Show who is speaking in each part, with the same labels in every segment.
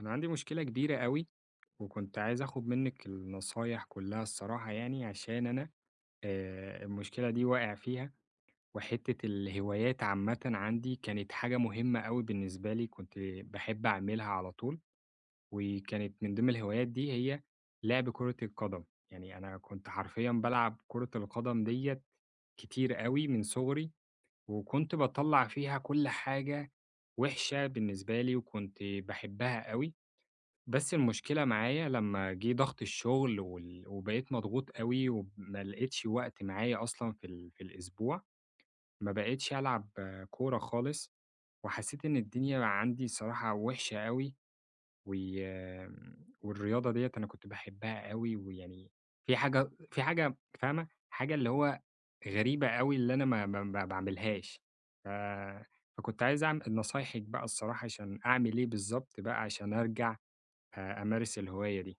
Speaker 1: أنا عندي مشكلة كبيرة أوي، وكنت عايز آخد منِّك النصايح كلّها الصراحة يعني، عشان أنا المشكلة دي واقع فيها، وحتّة الهوايات عامةً عندي كانت حاجة مهمة أوي بالنسبة لي، كنت باحب أعملها على طول، وكانت من ضمن الهوايات دي هي لعب كرة القدم، يعني أنا كنت حرفيًا بالعب كرة القدم ديّة كتير أوي من صغري، وكنت باطلّع فيها كل حاجة وِحشة بالنسبة لي، وكنت باحبها أوي. بس المشكلة معايا لمّا جِه ضغط الشغل وبقيت مضغوط أوي وما لقيتش وقت معايا أصلًا في الأسبوع، ما بقيتش ألعب كورة خالص، وحسيت إن الدنيا عندي الصراحة وِحشة أوي، والرياضة ديّة أنا كنت باحبها أوي ويعني في حاجة فاهمة، حاجة اللي هو غريبة أوي اللي أنا ما باعملهاش، ف فكنت عايز نصايحِك بقى الصراحة عشان أعمل إيه بالضبط بقى عشان أرجع أمارس الهواية دي.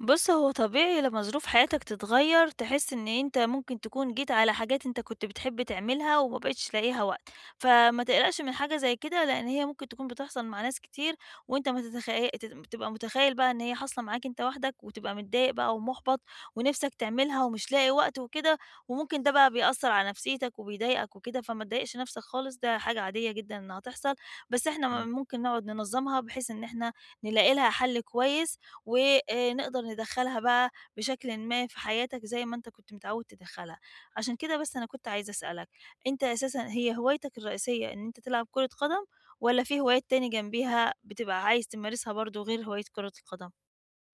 Speaker 2: بُص، هو طبيعي لمّا ظروف حياتك تتغيّر، تحس إن أنت ممكن تكون جيت على حاجات أنت كنت بتحب تعملها وما بقيتش لاقي وقت، فما تقلقش من حاجة زي كده، لإن هي ممكن تكون بتحصل مع ناس كتير وأنت ما تتخيل تبقى متخيل بقى إن هي حاصلة معاك أنت وحدك، وتبقى متضايق بقى ومُحبط ونِفْسك تعملها ومش لاقي وقت وكده، وممكن ده بقى بيأثّر على نفسيتك وبيضايقك وكده، فما تضايقش نَفْسك خالص، ده حاجة عادية جدًا إنها تحصل، بس إحنا
Speaker 1: إمم.
Speaker 2: ممكن نقعد ننظّمها بحيث إن إحنا نلاقي لها حَل كويس ونقدر ندخّلها بقى بشكلٍ ما في حياتك زي ما أنت كنت متعوّد تدخّلها، عشان كده بس أنا كنت عايزة أسألك، أنت أساسًا هي هوايتك الرئيسية إن أنت تلعب كرة قدم والّا في هوايات تاني جنبيها بتبقى عايز تمارسها برضه غير هواية كرة القدم؟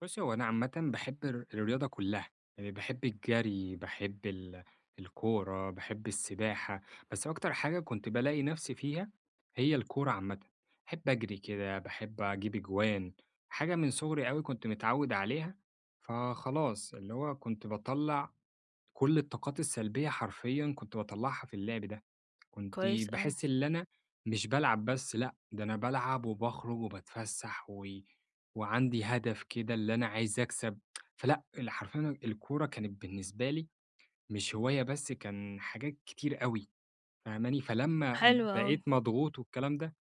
Speaker 1: بُصّي، هو أنا عامةً باحب الرياضة كلّها، يعني باحب الجري، باحب الكورة، باحب السباحة، بس أكتر حاجة كنت بالاقي نَفْسي فيها هي الكورة عامةً. باحب أجري كده، باحب أجيب أجوان، حاجة من صغري أوي كنت متعوّد عليها، فخلاص اللي هو كنت باطلّع كل الطاقات السلبية حرفيًا كنت باطلّعها في اللعب ده. كنت
Speaker 2: كويس أوي،
Speaker 1: باحس اللي أنا مش بالعب بس لأ، ده أنا بالعب وباخرج وباتفسّح وعندي هدف كده اللي أنا عايز أكسب، فلأ، حرفيًا الكورة كانت بالنسبة لي مش هواية بس، كان حاجات كتير أوي، فاهماني؟ فلمّا
Speaker 2: حلو
Speaker 1: بقيت
Speaker 2: أوي.
Speaker 1: مضغوط والكلام ده،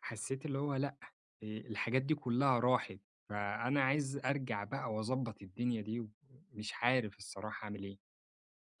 Speaker 1: حسيت اللي هو لأ، الحاجات دي كلّها راحت، فأنا عايز أرجع بقى وأضبّط الدنيا دي، ومش عارف الصراحة أعمل إيه.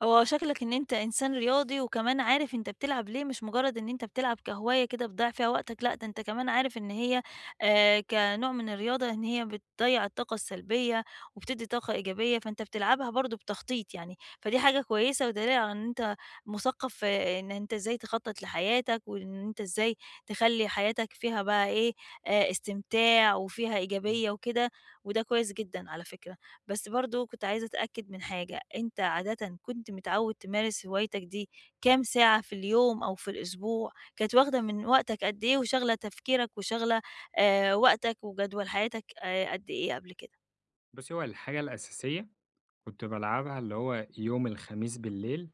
Speaker 2: هو شكلك إن أنت إنسان رياضي، وكمان عارف أنت بتلعب ليه، مش مجرد إن أنت بتلعب كهواية كده بتضيّع فيها وقتك، لأ ده أنت كمان عارف إن هي كنوع من الرياضة إن هي بتضيّع الطاقة السلبية، وبتدّي طاقة إيجابية، فأنت بتلعبها برضه بتخطيط يعني، فدي حاجة كويسة ودليل على إن أنت مثقف آه، إن أنت إزاي تخطط لحياتك، وإن أنت إزاي تخلّي حياتك فيها بقى إيه، استمتاع وفيها
Speaker 1: إمم.
Speaker 2: إيجابية وكده، وده كويس جدًا على فكرة. بس برضه كنت عايزة أتأكد من حاجة، أنت عادةً كنت متعوّد تمارس هوايتك دي كام ساعة في اليوم أو في الأسبوع؟ كانت واخدة من وقتك قد إيه وشاغلة تفكيرك وشاغلة وقتك وجدول حياتك قد إيه قبل كده؟
Speaker 1: بُصّي، هو الحاجة الأساسية كنت بالعبها اللي هو يوم الخميس بالليل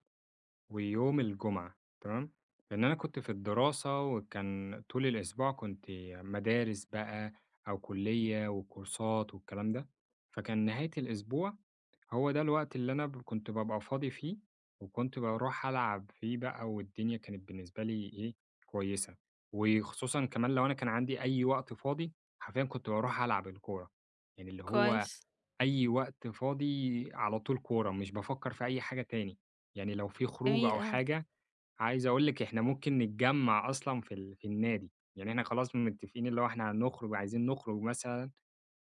Speaker 1: ويوم الجمعة تمام؟ لإن أنا كنت في الدراسة وكان طول الأسبوع كنت مدارس بقى أو كلية وكورسات والكلام ده، فكان نهاية الأسبوع هو ده الوقت اللي أنا كنت بابقى فاضي فيه، وكنت باروح ألعب فيه بقى والدنيا كانت بالنسبة لي إيه، كويسة، وخصوصًا كمان لو أنا كان عندي أي وقت فاضي حرفيًا كنت باروح ألعب الكورة، يعني اللي هو
Speaker 2: كويس،
Speaker 1: أي وقت فاضي على طول كورة، مش بافكّر في أي حاجة تاني، يعني لو في خروجة
Speaker 2: جميل
Speaker 1: أو
Speaker 2: أوي،
Speaker 1: حاجة عايز أقول لِك إحنا ممكن نتجمّع أصلًا في النادي، يعني إحنا خلاص متّفقين اللي هو إحنا هنخرج عايزين نخرج مثلًا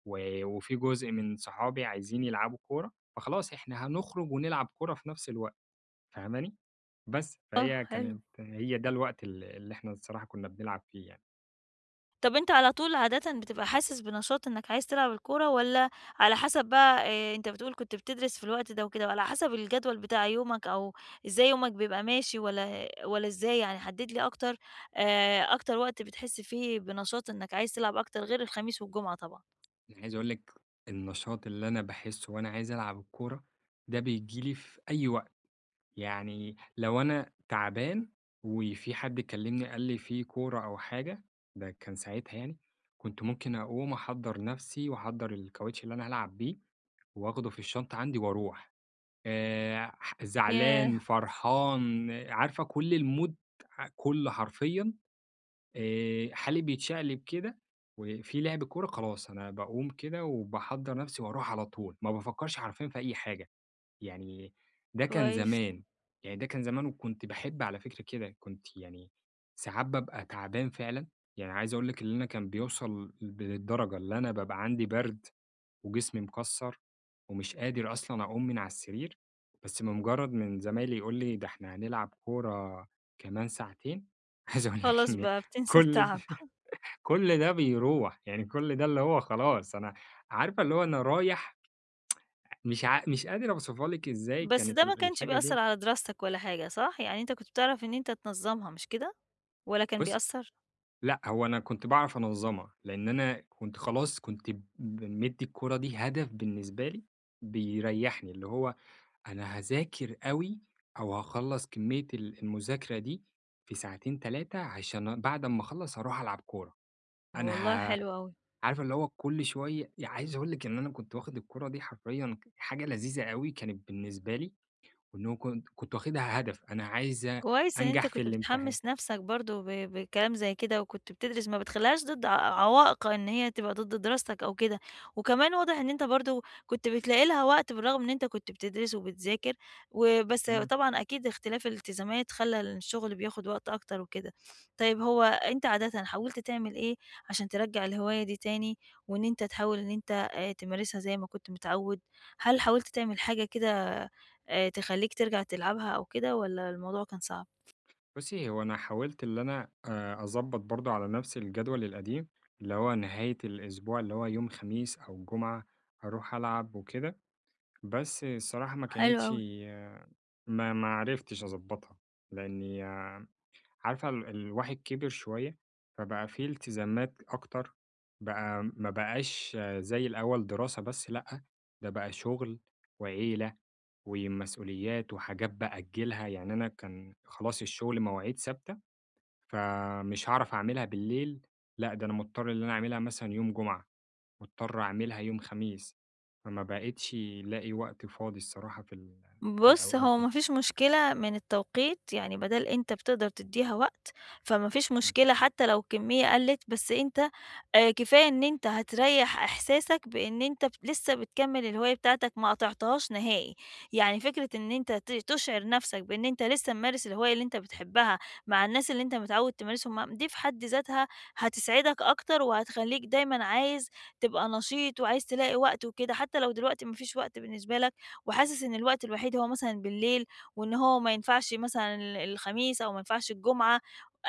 Speaker 1: وفي جزء من صحابي عايزين يلعبوا كورة، فخلاص إحنا هنخرج ونلعب كورة في نفس الوقت، فاهماني؟ بس،
Speaker 2: آه
Speaker 1: فهي
Speaker 2: حلو.
Speaker 1: كانت هي ده الوقت اللي إحنا الصراحة كنّا بنلعب فيه يعني.
Speaker 2: طب أنت على طول عادةً بتبقى حاسس بنشاط إنك عايز تلعب الكورة، والّا على حسب بقى أنت بتقول كنت بتدرس في الوقت ده وكده، وعلى حسب الجدول بتاع يومك أو إزاي يومك بيبقى ماشي والّا إزاي؟ يعني حدد لي أكتر أكتر وقت بتحس فيه بنشاط إنك عايز تلعب أكتر غير الخميس والجمعة طبعًا.
Speaker 1: أنا عايز أقول لِك النشاط اللي أنا باحسّه وأنا عايز ألعب الكورة، ده بييجي لي في أي وقت. يعني لو أنا تعبان وفي حد كلمني قال لي في كورة أو حاجة، ده كان ساعتها يعني، كنت ممكن أقوم أحضّر نفسي وأحضّر الكاوتش اللي أنا هالعب بيه وآخده في الشنطة عندي وأروح، ح
Speaker 2: ياه!
Speaker 1: زعلان، فرحان، عارفة كل الmood كله حرفيًا حالي بيتشقلب كده، وفي لعب كورة خلاص أنا باقوم كده وباحضّر نفسي وأروح على طول، ما بافكّرش حرفيًا في أي حاجة. يعني ده كان
Speaker 2: كويس.
Speaker 1: زمان، يعني ده كان زمان وكنت باحب على فكرة كده، كنت يعني ساعات بابقى تعبان فعلًا، يعني عايز أقول لِك إن أنا كان بيوصل للدرجة اللي أنا بابقى عندي برد وجسمي مكسّر ومش قادر أصلًا أقوم من على السرير، بس بمجرد من زمايلي يقول لي ده إحنا هنلعب كورة كمان ساعتين، عايز أقول لِك
Speaker 2: خلاص
Speaker 1: إن
Speaker 2: بقى بتنسى
Speaker 1: كل
Speaker 2: التعب.
Speaker 1: كل ده بيروح، يعني كل ده اللي هو خلاص أنا عارفة اللي هو أنا رايح مش قادر أوصفها لِك إزاي
Speaker 2: بس
Speaker 1: كانت
Speaker 2: ده ما كانش
Speaker 1: الحاجة دي.
Speaker 2: بيأثّر على دراستك ولا حاجة صح؟ يعني أنت كنت بتعرف إن أنت تنظّمها مش كده؟ والّا كان
Speaker 1: بُصّي،
Speaker 2: بيأثّر؟
Speaker 1: لأ، هو أنا كنت باعرف أنظّمها، لإن أنا كنت خلاص كنت مدّي الكورة دي هدف بالنسبة لي بيريّحني، اللي هو أنا هاذاكر أوي أو هاخلّص كمية المذاكرة دي في ساعتين، 3 عشان بعد أمّا أخلّص هاروح ألعب كورة. أنا
Speaker 2: والله
Speaker 1: ه
Speaker 2: حلو أوي.
Speaker 1: عارفة اللي هو كل شوية عايز أقول لِك إن أنا كنت واخد الكورة دي حرفيًا حاجة لذيذة أوي كانت بالنسبة لي، وإن هو كنت واخدها هدف، أنا عايز
Speaker 2: كويس إن أنت
Speaker 1: أنجح في
Speaker 2: كنت
Speaker 1: الامتحان.
Speaker 2: بتحمّس نَفْسك برضه بكلام زي كده، وكنت بتدرس ما بتخلّيهاش ضد عوائق إن هي تبقى ضد دراستك أو كده، وكمان واضح إن أنت برضه كنت بتلاقي لها وقت بالرغم إن أنت كنت بتدرس وبتذاكر، وبس
Speaker 1: إمم.
Speaker 2: طبعًا أكيد اختلاف الالتزامات خلّى الشغل بياخد وقت أكتر وكده. طيب هو أنت عادةً حاولت تعمل إيه عشان ترجّع الهواية دي تاني، وإن أنت تحاول إن أنت تمارسها زي ما كنت متعوّد؟ هل حاولت تعمل حاجة كده تخلّيك ترجع تلعبها أو كده والّا الموضوع كان صعب؟
Speaker 1: بُصّي، هو أنا حاولت اللي أنا أضبّط برضه على نَفْس الجدول القديم، اللي هو نهاية الأسبوع اللي هو يوم خميس أو الجمعة أروح ألعب وكده، بس الصراحة ما
Speaker 2: حلو
Speaker 1: كانتش
Speaker 2: أوي.
Speaker 1: آه، ما عرفتش أضبّطها، لإنّي عارفة الواحد كِبِر شوية، فبقى في التزامات أكتر، بقى ما بقاش زي الأول دراسة بس لأ، ده بقى شُغل وعيلة ومسؤوليات وحاجات بأجّلها، يعني أنا كان خلاص الشُغل مواعيد ثابتة فمش هاعرف أعملها بالليل، لأ ده أنا مضطر إن أنا أعملها مثلًا يوم جمعة، مضطر أعملها يوم خميس، فما بقيتش لاقي وقت فاضي الصراحة في
Speaker 2: بُص،
Speaker 1: الأوقات
Speaker 2: هو
Speaker 1: دي.
Speaker 2: ما فيش مشكلة من التوقيت، يعني ما دام أنت بتقدر تدّيها وقت، فما فيش
Speaker 1: إمم.
Speaker 2: مشكلة حتى لو الكمية قلِّت، بس أنت كفاية إن أنت هتريّح إحساسك بإن أنت لسه بتكمّل الهواية بتاعتك ما قطعتهاش نهائي. يعني فكرة إن أنت تشعر نَفْسك بإن أنت لسه ممارس الهواية اللي أنت بتحبّها مع الناس اللي أنت متعوّد تمارسهم معاهم، دي في حد ذاتها هتسعدك أكتر وهتخلّيك دايمًا عايز تبقى نشيط وعايز تلاقي وقت وكده، حتى لو دلوقتي ما فيش وقت بالنسبة لك وحاسس إن الوقت الوحيد هو مثلًا بالليل، وإن هو ما ينفعش مثلًا الخميس أو ما ينفعش الجمعة،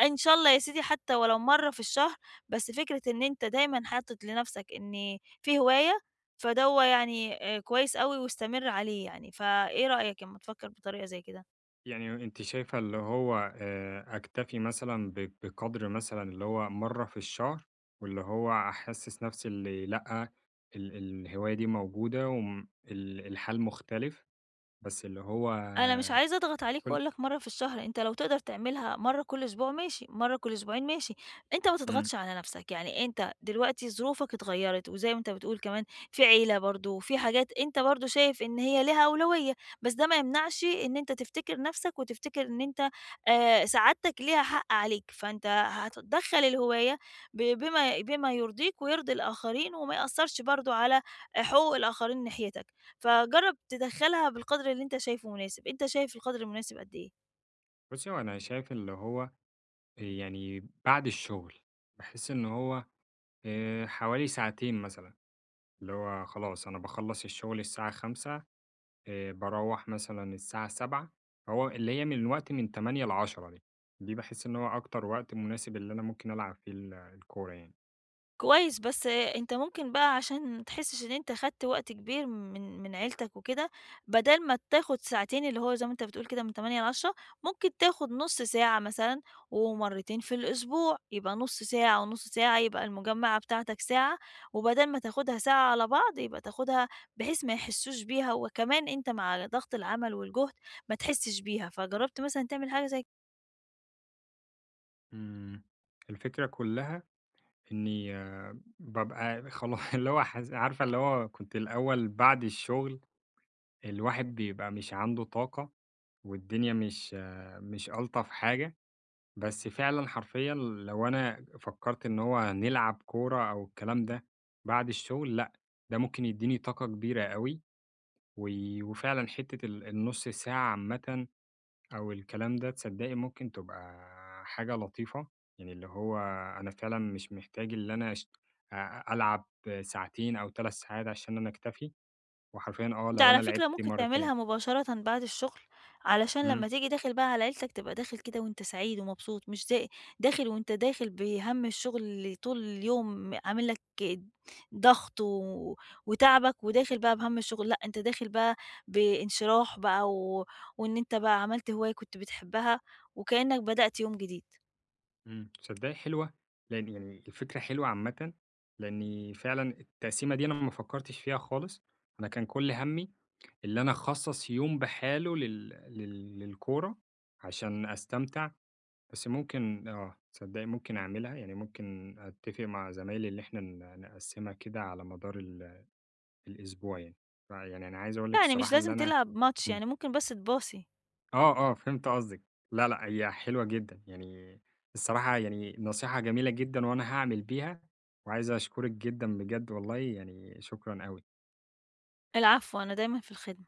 Speaker 2: إن شاء الله يا سيدي حتى ولو مرّة في الشهر، بس فكرة إن أنت دايمًا حاطط لنفْسك إن في هواية، فدّوة يعني كويس أوي واستمر عليه يعني، فإيه رأيك أمّا تفكّر بطريقة زي كده؟
Speaker 1: يعني أنتِ شايفة اللي هو أكتفي مثلًا بقدر مثلًا اللي هو مرّة في الشهر، واللي هو أحسِّس نفسي اللي لأ، الهواية دي موجودة وم ال الحال مختلف، بس اللي هو
Speaker 2: أنا مش عايزة أضغط عليك
Speaker 1: كل
Speaker 2: وأقول لك مرّة في الشهر، أنت لو تقدر تعملها مرّة كل أسبوع ماشي، مرّة كل أسبوعين ماشي، أنت ما
Speaker 1: إمم.
Speaker 2: تضغطش على نَفْسك، يعني أنت دلوقتي ظروفك اتغيّرت وزي ما أنت بتقول كمان في عيلة برضه، في حاجات أنت برضه شايف إن هي ليها أولوية، بس ده ما يمنعش إن أنت تفتكر نَفْسك وتفتكر إن أنت سعادتك ليها حق عليك، فأنت هتدخّل الهواية ب بما بما يرضيك ويرضي الآخرين وما يأثّرش برضه على حقوق الآخرين ناحيتك. فجرّب تدخّلها بالقدر اللي أنت شايفه مناسب، أنت شايف القدر المناسب قد إيه؟
Speaker 1: بُصّي، هو أنا شايف اللي هو يعني بعد الشغل باحس إن هو حوالي ساعتين مثلًا، اللي هو خلاص أنا باخلّص الشغل الساعة 17:00 باروّح مثلًا الساعة 19:00 فهو اللي هي من الوقت من 08:00 ل10:00 دي، دي باحس إن هو أكتر وقت مناسب اللي أنا ممكن ألعب فيه الكورة يعني.
Speaker 2: كويس، بس أنت ممكن بقى عشان ما تحسّش إن أنت خدت وقت كبير من عيلتك وكده، بدل ما تاخد ساعتين اللي هو زي ما أنت بتقول كده من 08:00 ل10:00 ممكن تاخد نُص ساعة مثلًا ومرّتين في الأسبوع، يبقى نُص ساعة ونُص ساعة، يبقى المجمّعة بتاعتك ساعة، وبدل ما تاخدها ساعة على بعض يبقى تاخدها بحيث ما يحسّوش بيها، وكمان أنت مع ضغط العمل والجهد ما تحسّش بيها، فجرّبت مثلًا تعمل حاجة زي
Speaker 1: إمم. الفكرة كلّها إني بابقى اللي هو حاس عارفة اللي هو كنت الأول بعد الشغل الواحد بيبقى مش عنده طاقة والدنيا مش مش ألطف حاجة. بس فعلًا حرفيًا لو أنا فكّرت إن هو نلعب كورة أو الكلام ده بعد الشغل، لأ، ده ممكن يدّيني طاقة كبيرة أوي، و وفعلًا حتّة النُص ساعة عامةً أو الكلام ده تصدّقي ممكن تبقى حاجة لطيفة، يعني اللي هو أنا فعلًا مش محتاج اللي أنا أش أ ألعب ساعتين أو 3 ساعات عشان أنا أكتفي، وحرفيًا
Speaker 2: أنت
Speaker 1: لو أنا
Speaker 2: على فكرة
Speaker 1: لعبت
Speaker 2: ممكن
Speaker 1: مرتين.
Speaker 2: تعملها مباشرةً بعد الشغل، علشان
Speaker 1: إمم.
Speaker 2: لمّا تيجي داخل بقى على عيلتك تبقى داخل كده وأنت سعيد ومبسوط، مش زي داخل وأنت داخل بهَم الشغل اللي طول اليوم عامل لك ضغط وتعبك، وداخل بقى بهَم الشغل، لأ أنت داخل بقى بانشراح بقى وإن أنت بقى عملت هواية كنت بتحبها، وكأنك بدأت يوم جديد.
Speaker 1: إمم، تصدّقي حلوة، لإن يعني الفكرة حلوة عامةً، لإني فعلًا التقسيمة دي أنا ما فكّرتش فيها خالص، أنا كان كل هَمّي اللي أنا أخصّص يوم بحاله لل لل للكورة عشان أستمتع، بس ممكن تصدّقي ممكن أعملها، يعني ممكن أتّفق مع زمايلي اللي إحنا نقسّمها كده على مدار الأسبوع يعني، فيعني أنا عايز أقول لِك
Speaker 2: يعني مش
Speaker 1: الصراحة اللي
Speaker 2: لازم
Speaker 1: أنا
Speaker 2: تلعب ماتش، يعني ممكن بس تباصي.
Speaker 1: آه، آه، فهمت قصدِك. لا، لأ، هي حلوة جدًا، يعني الصراحة يعني نصيحة جميلة جدًا وأنا هاعمل بيها، وعايز أشكرِك جدًا بجد والله، يعني شكرًا أوي.
Speaker 2: العفو، أنا دايمًا في الخدمة.